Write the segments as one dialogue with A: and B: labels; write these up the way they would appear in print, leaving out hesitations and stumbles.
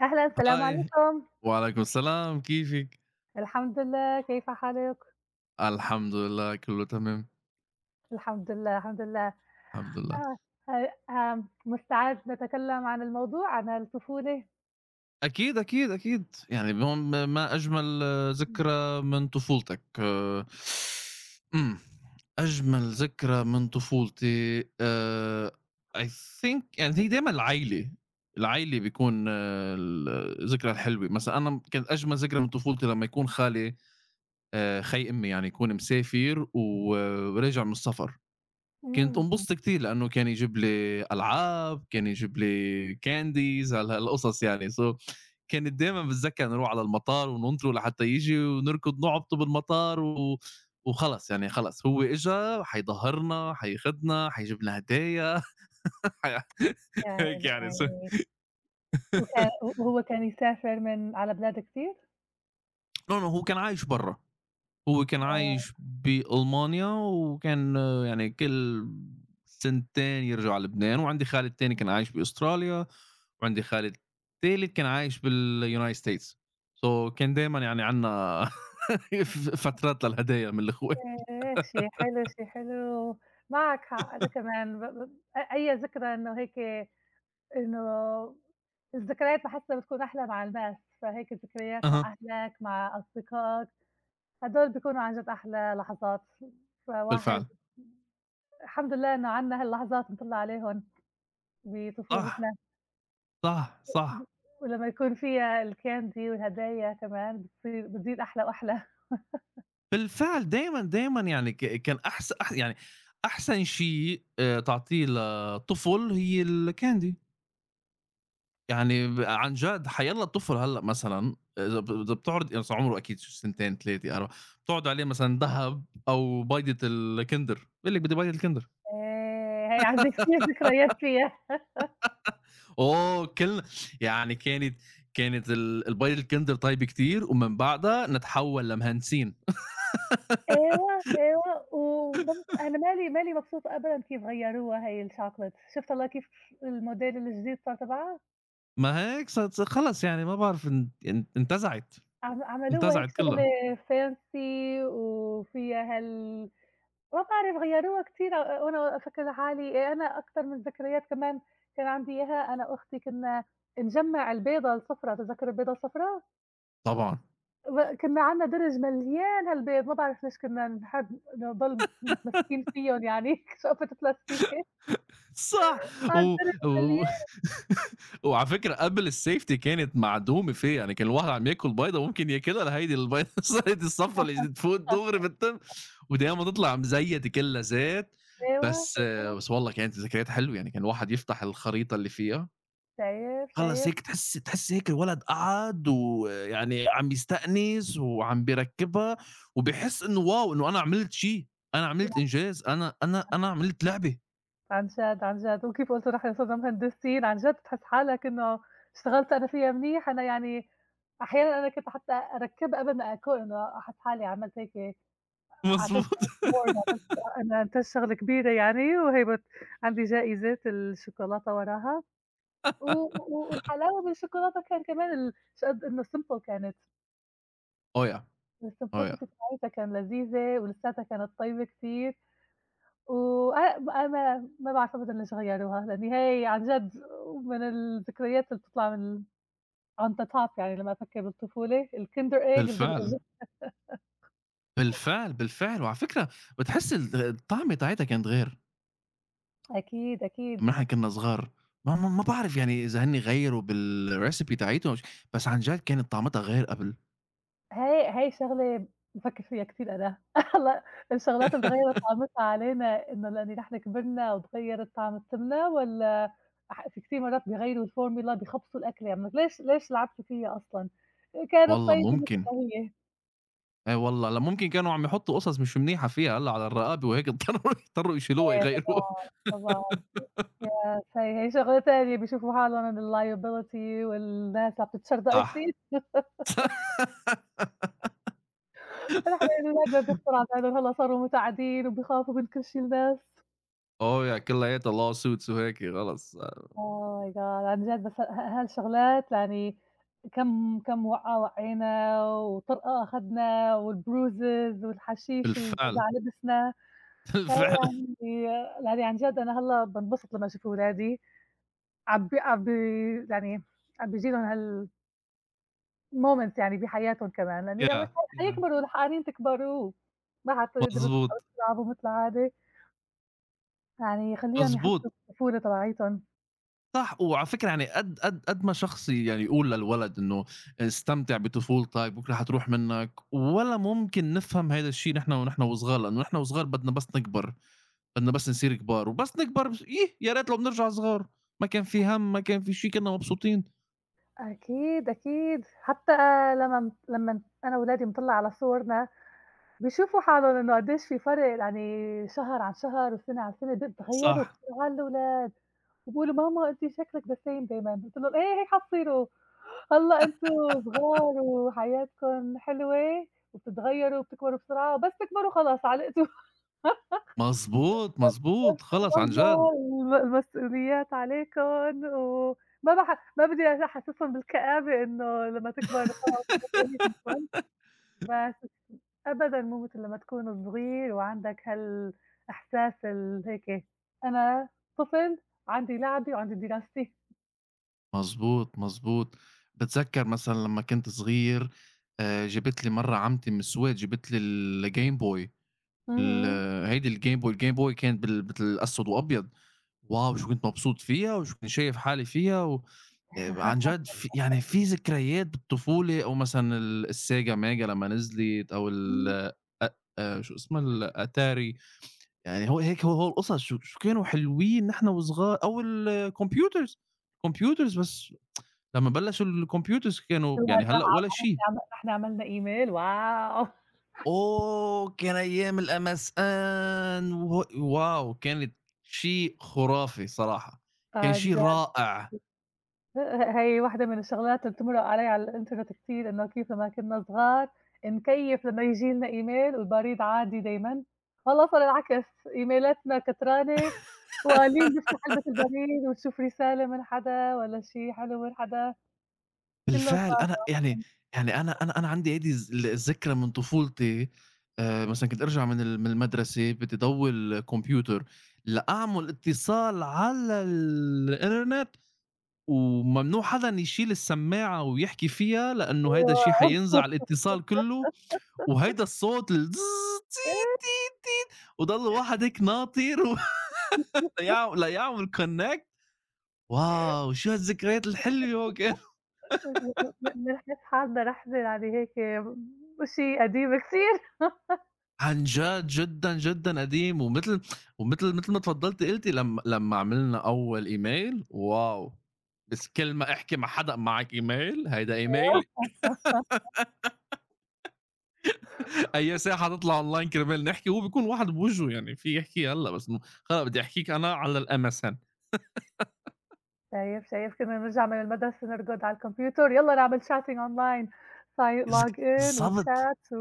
A: أهلًا، السلام
B: هاي
A: عليكم.
B: وعليكم السلام، كيفك؟
A: الحمد لله، كيف حالك؟
B: الحمد لله كله تمام.
A: الحمد لله، الحمد لله.
B: الحمد لله.
A: آه، ه آمم، مستعد نتكلم عن الموضوع، عن الطفولة.
B: أكيد أكيد أكيد. يعني هون ما أجمل
A: إمم.
B: ذكرى من طفولتك أمم، أجمل ذكرى من طفولتي I think. يعني هي دايما العيلة، بيكون الذكرى الحلوة. مثلا أنا كانت أجمل ذكرى من طفولتي لما يكون خالي، خي أمي، يعني يكون مسافر وراجع من السفر. كنت
A: إمم،
B: انبسط كتير لإنه كان يجيب لي ألعاب، كان يجيب لي candies هالقصص يعني so. كانت دايمًا باتذكّر نروح على المطار وننطره لحتى ييجي ونركض نعبطه بالمطار. و وخلص يعني خلص، هو إجا حيضهّرنا، حياخدنا، حيجيب لنا هدايا. حي
A: يا
B: هيك
A: عيني، يا
B: يعني so.
A: عيني. وهو كان يسافر من على بلاد كتير؟
B: No, no، هو كان عايش برّا. هو كان
A: آه،
B: عايش بألمانيا، وكان يعني كل سنتين يرجع على لبنان. وعندي خالد تاني كان عايش بأستراليا، وعندي خالد تالت كان عايش بالUnited States. So كان دايمًا يعني عندنا فترات للهدايا من الأخوة.
A: ياه! شي حلو، شي حلو. معك حق، أنا كمان ب ب أ أي ذكرى إنه هيك إنه الذكريات باحسها بتكون أحلى مع الناس، فهيك ذكريات مع
B: أها،
A: أهلك، مع أصدقائك. هدول بيكونوا عن جد أحلى لحظات، فواحد
B: بالفعل.
A: الحمد لله إنه عنا هاللحظات نطلّع عليهن بطفولتنا،
B: صح، صح، صح.
A: ولمّا يكون فيها الكاندي والهدايا كمان بتصير بتزيد أحلى وأحلى.
B: بالفعل دايمًا، دايمًا يعني كان أحس أح يعني أحسن شيء تعطيه لطفل هي الكاندي. يعني عن جَد حيالّا الطفل هلّأ، مثلًا إذا بتعرض، يعني أصل عمره أكيد شو، سنتين، 3، 4، بتعرض عليه مثلًا دهب أو بيضة الkinder، بيقول لِك بدي بيضة الkinder.
A: هي عندي كتير ذكريات فيها.
B: أوه! كل يعني كانت، كانت البيضة الkinder طيبة كتير، ومن بعدها نتحول لمهنسين.
A: أيوه، أيوه، أنا ما لي مبسوطة أبدًا كيف غيّروها هي الشوكولاتة، شُفت هلأ كيف الموديل الجديد صار تبعها؟
B: ما هيك ص ص خلص. يعني ما بعرف ان انتزعت،
A: عم عملوها هيك
B: انتزعت
A: شغلة
B: كلّها.
A: fancy وفيها هال مواقع غيّروها كتير. وأنا فاكرة حالي إيه، أنا أكتر من ذكريات كمان كان عندي إياها. أنا وأختي كنا نجمّع البيضة الصفرا، تتذكّر البيضة الصفرا؟
B: طبعًا.
A: كنا عندنا درج مليان هالبيض، ما باعرف ليش كنا نحب نضل متمسكين فيّن يعني شقفة بلاستيكي،
B: صح.
A: آه
B: و
A: الدرج
B: و
A: مليانة.
B: وعلى فكرة قبل الsafety كانت مع دوميتي، يعني كان الواحد عم ياكل بيضة ممكن ياكلها لهيدي البيضة. صارت الصفّة اللي فوق دغري بالتم، ودايمًا ما تطلع مزيّة كلّا زيت.
A: أيوه،
B: بس
A: أيوه،
B: بس والله كانت ذكريات حلوة. يعني كان الواحد يفتح الخريطة اللي فيها،
A: شايف،
B: خلّص
A: شايف.
B: هيك تحس هيك الولد قعد، ويعني عم يستأنس وعم بيركّبها، وبيحس إنه واو، إنه أنا عملت شي، أنا عملت إنجاز، أنا عملت لعبة.
A: عن جد، عن جد، وكيف قُلتوا نحن صرنا مهندسين، عن جد بتحس حالك إنه اشتغلت أنا فيها منيح، أنا يعني أحيانًا أنا كنت حتى أركّب قبل ما أكون إنه أحس حالي عملت هيك، أعطيت
B: مضبوط.
A: بورد، عملت أنا إنتاج شغلة كبيرة يعني، وهي بت عندي جائزة الشوكولاتة وراها، و و والحلاوة بالشوكولاتة كان كمان ال ش قد إنه simple كانت.
B: آه يع. آه يع.
A: الSimplicity بتاعتها كان لذيذة ولساتها كانت طيبة كتير. ما باعتمد إنّي أغيّروها، لإن هي عن جد من الذكريات اللي بتطلع من on the top يعني لمّا أفكّر بالطفولة، الkinder egg
B: بالفعل،
A: بالضبط.
B: بالفعل، بالفعل. وعلى فكرة بتحس الطعم بتاعتها كانت غير،
A: أكيد، أكيد.
B: أمّا إحنا كنّا صغار. ما باعرف يعني إذا هن غيّروا بالrecipe بتاعتهم ش، بس عن جد كانت طعمتها غير قبل.
A: هاي هاي شغلة بافكّر فيها كتير أنا هلأ. الشغلات اللي اتغيّرت طعمتها علينا إنه لإن نحن كبرنا وتغيّرت طعمتنا والّا في كتير مرات بيغيّروا الformula بيخبصوا الأكلة، يعني ليش ليش لعبتوا فيّا أصلًا؟ كانت
B: والله
A: طيبة مثل
B: ممكن.
A: ما هي.
B: أي والله، لا ممكن كانوا عم يحطّوا قصص مش منيحة فيها هلّأ على الرقابي وهيك اضطروا يشيلوها
A: إيه
B: ويغيّروها.
A: طبعًا، طبعًا. يا سي هي شغلة تانية بيشوفوا حالهم من ال-liability والناس عم تتشردق
B: صح.
A: كتير، فنحن الولاد ما بيخطر على بالهم هلّأ صاروا متعدين وبيخافوا من كل شي الناس.
B: آه يع كلّياتها law suits وهيك خلص.
A: Oh my God، عن جد بس هالشغلات يعني كم وقعة وقعينا وطرقة أخدنا والbruises والحشيش اللي
B: بالفعل.
A: كذا على لبسنا، فهي
B: بالفعل.
A: يعني يعني عن جد أنا هلّأ بانبسط لمّا أشوف ولادي عم بي عم بي يعني عم بييجي لهم هال moments يعني بحياتهم كمان، لإن هي
B: يع، يع.
A: حيكبروا القوانين تكبروا، ما حتقدروا تبقوا
B: مضبوط،
A: تلعبوا مثل العادة، يعني خلّيهم يحسّوا
B: مضبوط.
A: بالطفولة تبعيتهم.
B: صح. وعلى فكرة يعني قد ما شخص يعني يقول للولد إنه استمتع بطفولتك، بكرة حتروح منّك، ولا ممكن نفهم هيدا الشي نحن ونحن وصغار، لإنه نحن وصغار بدنا بس نكبر، بدنا بس نصير كبار، وبس نكبر بس إيه يا ريت لو بنرجع صغار. ما كان في هَم، ما كان في شي، كنّا مبسوطين.
A: أكيد، أكيد، حتى لمّا أنا ولادي بنطلّع على صورنا بيشوفوا حالهم إنه قديش في فرق، يعني شهر عن شهر وسنة عن سنة تغيّروا
B: صح.
A: بسرعة الولاد، وبيقولوا: "ماما أنتِ شكلِك the same دايمًا." قُلت لهم: "إيه هيك حتصيروا." الله أنتم صغار وحياتكم حلوة وبتتغيّروا وبتكبروا بسرعة، بس تكبروا خلاص علقتوا
B: مضبوط، مضبوط،
A: بنفس
B: خلص عن
A: المنظر
B: جد.
A: المسؤوليات عليكم، وما بح ما بدي أحسّسهم بالكآبة إنه لمّا تكبر خلاص ما في anything fun. بس أبدًا مو متل لمّا تكون صغير وعندك هالإحساس هيك أنا طفل عندي لعبي وعندي دراستي.
B: مضبوط، مضبوط. باتذكّر مثلًا لمّا كنت صغير، جابت لي مرّة عمتي من السويد، جابت لي الGame Boy.
A: اهم.
B: ال هيدي الGame Boy، الGame Boy كانت بال أسود وأبيض. واو شو كنت مبسوط فيها، وشو كنت شايف حالي فيها. و عن جد في، يعني في ذكريات بالطفولة، أو مثلًا الSega Mega لمّا نزلت، أو ال
A: إمم،
B: أ شو اسمها الAtari. يعني هو هيك هو هو القصص، شو شو كانوا حلوين نحن وصغار، أو الكمبيوترز. كمبيوترز بس لمّا بلّشوا الكمبيوترز كانوا
A: شو
B: يعني هلأ ولا
A: هالراحة، نحن
B: شي.
A: عم نحن عملنا email واو!
B: أوه! كان أيام الMSN و واو! كانت شيء خرافي صراحة. كان
A: عن
B: شيء
A: جد.
B: رائع.
A: هي واحدة من الشغلات اللي بتمرق علي على الإنترنت كتير، إنه كيف لمّا كنّا صغار نكيّف لمّا ييجي لنا إيميل والبريد عادي دايمًا، هلّأ صار العكس، إيميلاتنا كترانة وقليل نفتح علبة البريد ونشوف رسالة من حدا والّا شي حلو من حدا، كلّه
B: بالفعل
A: صار.
B: أنا يعني، يعني أنا عندي هيدي الذكرى من طفولتي. مثلًا كنت أرجع من من المدرسة بدي ضوّي الكمبيوتر لأعمل اتصال على الإنترنت، وممنوع حدًا يشيل السماعة ويحكي فيها، لأنه هيدا
A: أيوه
B: الشيء حينزع الاتصال كلّه. وهيدا الصوت ال
A: إيه،
B: وضل الواحد هيك ناطر. الأيام الأيام والconnect. واو! شو هالذكريات الحلوة كان.
A: بنحس حالنا نحن يعني هيك شي قديم كتير.
B: عن جد جدًا، جدًا قديم، ومتل ومتل متل ما تفضّلتِ قُلتِ لم لمّا عملنا أول email واو! بس كل ما أحكي مع حدا معك email، هيدا email. أي ساعة تطلع online كرمال نحكي، وهو بيكون واحد بوجهه يعني في يحكي هلّأ، بس إنه خلص بدي أحكيك أنا على الMSN.
A: شايف، شايف، كنا نرجع من المدرسة نركض على الكمبيوتر يالّا نعمل chatting online، sign
B: اذك
A: login
B: بالضبط،
A: وchat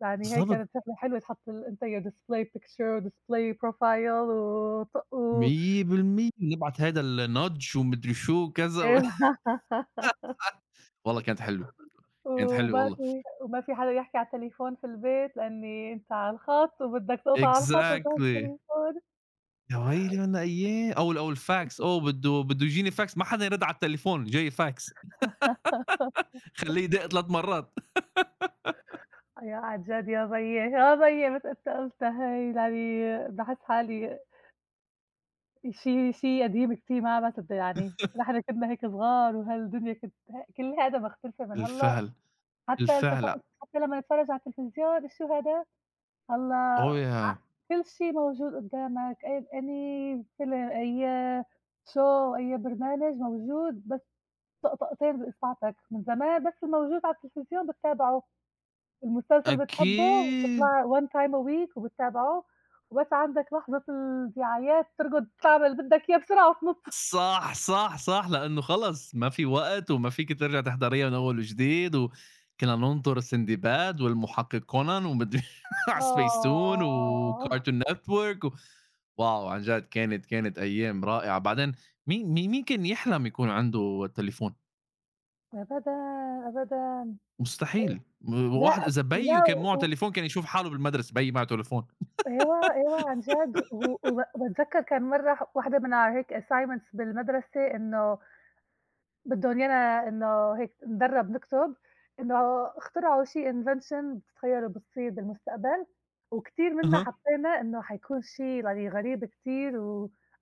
A: ويعني هي
B: بالضبط.
A: كانت شغلة حلوة تحط ال أنت your display picture وdisplay profile وطق و
B: 100% بنبعت هيدا الnudge ومدري شو وكذا و. والله كانت حلوة، كانت حلوة
A: وما
B: والله.
A: في وما في حدا يحكي على التليفون في البيت لإنّي أنت على الخط وبدّك تقطع على الخط وتاخد
B: Exactly.
A: التليفون.
B: يا ويلي منا أياه، أو ال أو الFax. أوه، بده يجيني fax، ما حدا يرد على التليفون، جاي fax. خلّيه يدق 3 مرات.
A: يا عن جد يا بيي، يا بيي مثل أنت قُلتها هي، يعني باحس حالي شيء شيء قديم كتير، ما بس يعني نحن كنا هيك صغار وهالدنيا كانت كلّها هذا مختلفة من هلأ،
B: بالفعل،
A: حتى التف
B: بالفعل.
A: حتى لمّا نتفرّج على التلفزيون الشهدا
B: أوه
A: هلأ
B: يا
A: كل شيء موجود قدّامك، أي فيلم، أي show، أي برنامج موجود بس طق طقتين بإصبعتك. من زمان بس الموجود على التلفزيون بتتابعه، المسلسل اللي بتحبه
B: أكيد.
A: بتطلع one time a week وبتتابعه، وبس عندك لحظة الدعايات تركض تعمل اللي بدك إياه بسرعة وتنط.
B: صح، صح، صح، لإنه خلص ما في وقت، وما فيكِ ترجعي تحضريها من أول وجديد. وكنا ننطر سندباد والمحقق كونان ومدري على سبيس تون
A: آه،
B: وكارتون نتورك و واو! عن جد كانت كانت أيام رائعة. بعدين مين كان يحلم يكون عنده تليفون؟
A: أبدًا، أبدًا،
B: مستحيل. م
A: لأ،
B: واحد إذا بيو
A: لأ.
B: كان معه
A: و
B: تليفون كان يشوف حاله بالمدرسة، بيي معه تليفون.
A: أيوه، أيوه عن جد. و وب باتذكّر كان مرّة واحدة من هيك assignments بالمدرسة، إنه بدّن يانا إنه هيك ندرّب نكتب، إنه اخترعوا شي invention بتتخيّلوا بتصير بالمستقبل، وكتير مِنّا
B: أها.
A: حطّينا إنه حيكون شي يعني غريب كتير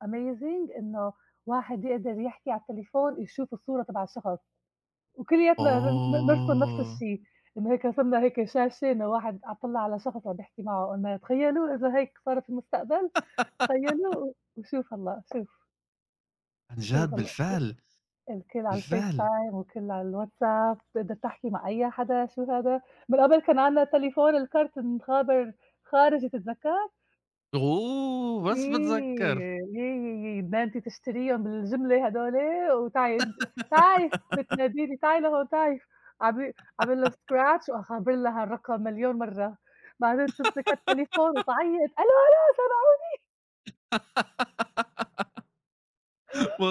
A: وamazing إنه واحد يقدر يحكي على التليفون يشوف الصورة تبع شخص. وكلياتنا ن ن نرسم نفس
B: آه،
A: الشي، إنه هيك رسمنا هيك شاشة انه واحد عم طلّع على شخص وعم يحكي معه، قُلنا تخيّلوا إذا هيك صار في المستقبل، تخيّلوا وشوف هلّأ، شوف،
B: عن جد
A: شوف هلّأ
B: بالفعل،
A: الكل على
B: بالفعل.
A: الFaceTime والكل على الWhatsApp، بتقدر تحكي مع أي حدا، شو هذا. من قبل كان عندنا تليفون الكارت انخابر خارج تتذكّر؟
B: أوه! بس باتذكّر.
A: إيه، إيه، إيه، ده أنتِ تشتريهم بالجملة هدول وتعي، تعي بتنادي لي تعي لهون تعي، عامل عامل لها scratch وأخبّر لها الرقم مليون مرة، بعدين تمسك التليفون وتعيط ألو ألو سمعوني،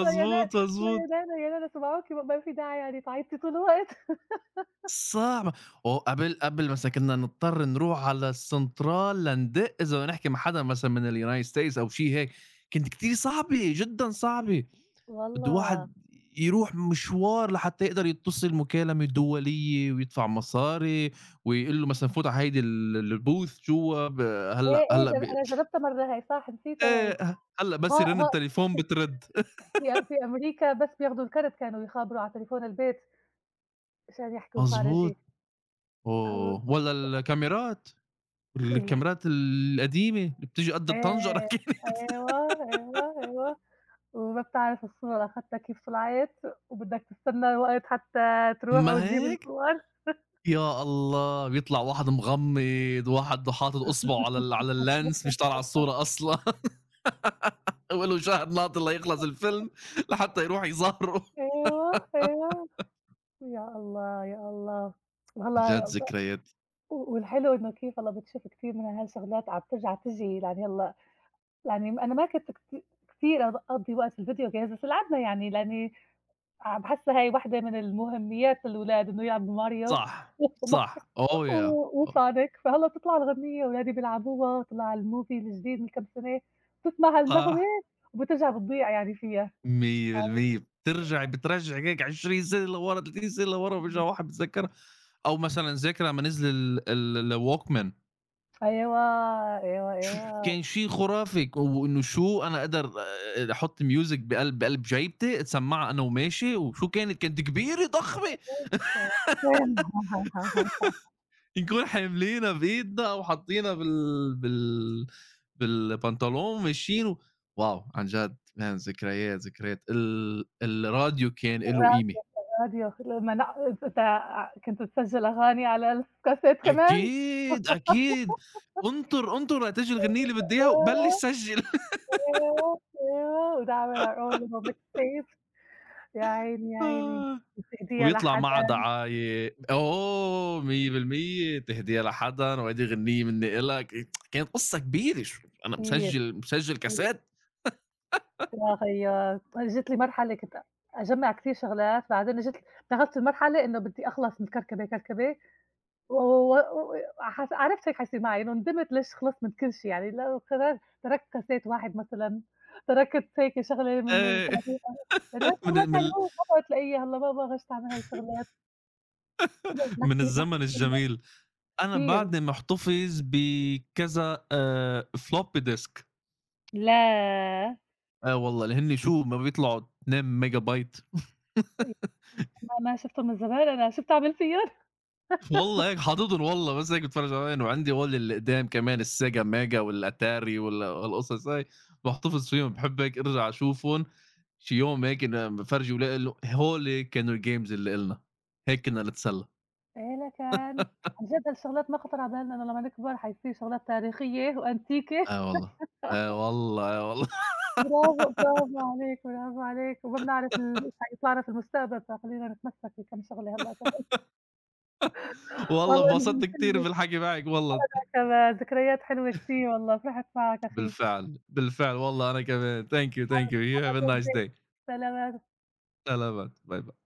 A: لا يا نا لا
B: مضبوط.
A: يا نانا يا نانا سمعوكِ ما في داعي يعني تعيطي طول الوقت.
B: صعبة. وقبل مثلًا كنا نضطر نروح على السنترال لندق إذا بدنا نحكي مع حدا مثلًا من الUnited States أو شي هيك. كانت كتير صعبة، جدًا صعبة.
A: والله
B: بده واحد يروح مشوار لحتى يقدر يتصل مكالمة دولية ويدفع مصاري، ويقول له مثلًا فوت على هيدي الbooth جوا ب
A: إيه،
B: هلّأ
A: إيه
B: هلّأ
A: جر
B: ب.
A: أنا جربتها مرة هاي، صح نسيتها هاي،
B: إيه، هلّأ
A: هون
B: بس يرن
A: هون
B: التليفون بترد.
A: في في أمريكا بس بياخدوا الكرت كانوا يخابروا على تليفون البيت مشان يحكوا
B: مضبوط.
A: خارجي. هل
B: أوه! والّا الكاميرات. الكاميرات القديمة اللي بتيجي قد
A: آآ
B: الطنجرة كانت.
A: أيوه، أيوه، أيوه، وما بتعرف الصورة أخدتك بسرعات وبدك تستنى الوقت حتى تروح
B: ما
A: وتجيب
B: هيك؟
A: الصور،
B: يا الله! بيطلع واحد مغمّض، واحد حاطط إصبعه على على الlens، مش طالع على الصورة أصلًا. وله شهر ناطر ليخلص الفيلم لحتى يروح يظهره.
A: أيوه، أيوه، يا الله، يا الله،
B: عن جد
A: والله و،
B: ذكريات.
A: والحلو إنه كيف والله بتشوف كتير من هالشغلات عم ترجع تيجي، يعني هلأ يعني أنا ما كنت كتير أقضّي وقت في الفيديو games بس لعبنا يعني، لأني باحسّها هي واحدة من المهمّيات للولاد إنه يلعبوا ماريو
B: صح، صح. Oh yeah.
A: و وصَعْداك، فهلّا تطلع الغنيّة ولادي بيلعبوها، تطلع الmovie الجديد من كام سَنة، تسمع
B: آه،
A: النغمة
B: صح.
A: وبترجع بتضيع يعني فيها.
B: 100% بترجع بترجّعك هيك 20 سنة لورا، 30 سنة لورا، وبيرجع الواحد بيتذكّرها. أو مثلًا ذكرى أمّا نزل ال الwalkman.
A: أيوه، أيوه،
B: شو
A: أيوه.
B: كان شي خُرافي، وإنه شو أنا أقدر أحُط music بقلب بقلب جيبتي، أتسمّعها أنا وماشي، وشو كانت كانت كبيرة ضخمة، نكون حاملينها بإيدنا أو حاطّينها بال بالبنطلون ماشيين و واو! عن جد man ذكريات، ذكريات الراديو كان إله قيمة.
A: راديو لمّا نع أنت أنت كنت تسجّل أغاني على الكاسيت كمان؟
B: أكيد، أكيد. انطُر، انطُر لتيجي الغنيّة اللي بدّي إياها وبلّش
A: آه،
B: سجّل.
A: أيوه، أيوه، ونعمل our own little mixtape. يا عيني، يا عيني، وتهديها
B: ويطلع
A: لحدا.
B: معاه دعاية. أوه! 100% "تهدية لحدًا"، "وهيدي غنية منّي إلك". كانت قصّة كبيرة شو أنا
A: كتير،
B: مسجّل، مسجّل
A: كتير.
B: كاسات.
A: آه، هي جات لي مرحلة كنت أجمّع كتير شغلات، بعدين بلغت المرحلة إنه بدي أخلص من كركبة، كركبة و و و حس عرفت هيك حيصير معي، إنه ندمت ليش خلصت من كل شي يعني، لو قررت تركت كاسيت واحد مثلًا، تركت هيك شغلة من
B: آآ
A: التاريخ، يعني
B: من
A: هالشغلات
B: ال من
A: يعني
B: ال
A: ما بتلاقيها هلّأ، ما غشت أعمل هالشغلات،
B: من
A: نحكي
B: الزمن
A: نحكي فيها
B: الجميل. أنا
A: كتير.
B: بعدني محتفظ بكذا floppy disk.
A: لا،
B: آه والله، اللي هن شو ما بيطلعوا 2 ميجا بايت.
A: ما ما شُفته من زمان أنا، شو بتعمل فيها؟
B: والله هيك حاططهم، والله بس هيك باتفرّج عليهم. وعندي هول اللي قدام كمان السيجا ميجا والأتاري والقصص هاي، باحتفظ فيهم، باحب هيك أرجع أشوفهم. شي يوم هيك ن بافرجي ولادي إنه هول كانوا الgames اللي إلنا، هيك كنا نتسلى.
A: كان عن جد هالشغلات ما خطر على بالنا إنه لمّا نكبر حيصير شغلات تاريخية وأنتيكة.
B: آه والله، آه والله، آه والله.
A: برافو، برافو عليك، برافو عليك، وما بنعرف ال إيش حيطلع لنا في المستقبل، فخلّينا نتمسّك بكم شغلة هلأ كمان.
B: والله
A: والله
B: انبسطت
A: جبت
B: كتير
A: لي
B: بالحكي معك والله.
A: كمان ذكريات حلوة كتير والله، فرحت معك أخي.
B: بالفعل، بالفعل والله أنا كمان. Thank you, thank you, you have a nice day.
A: سلامات.
B: سلامات، باي باي.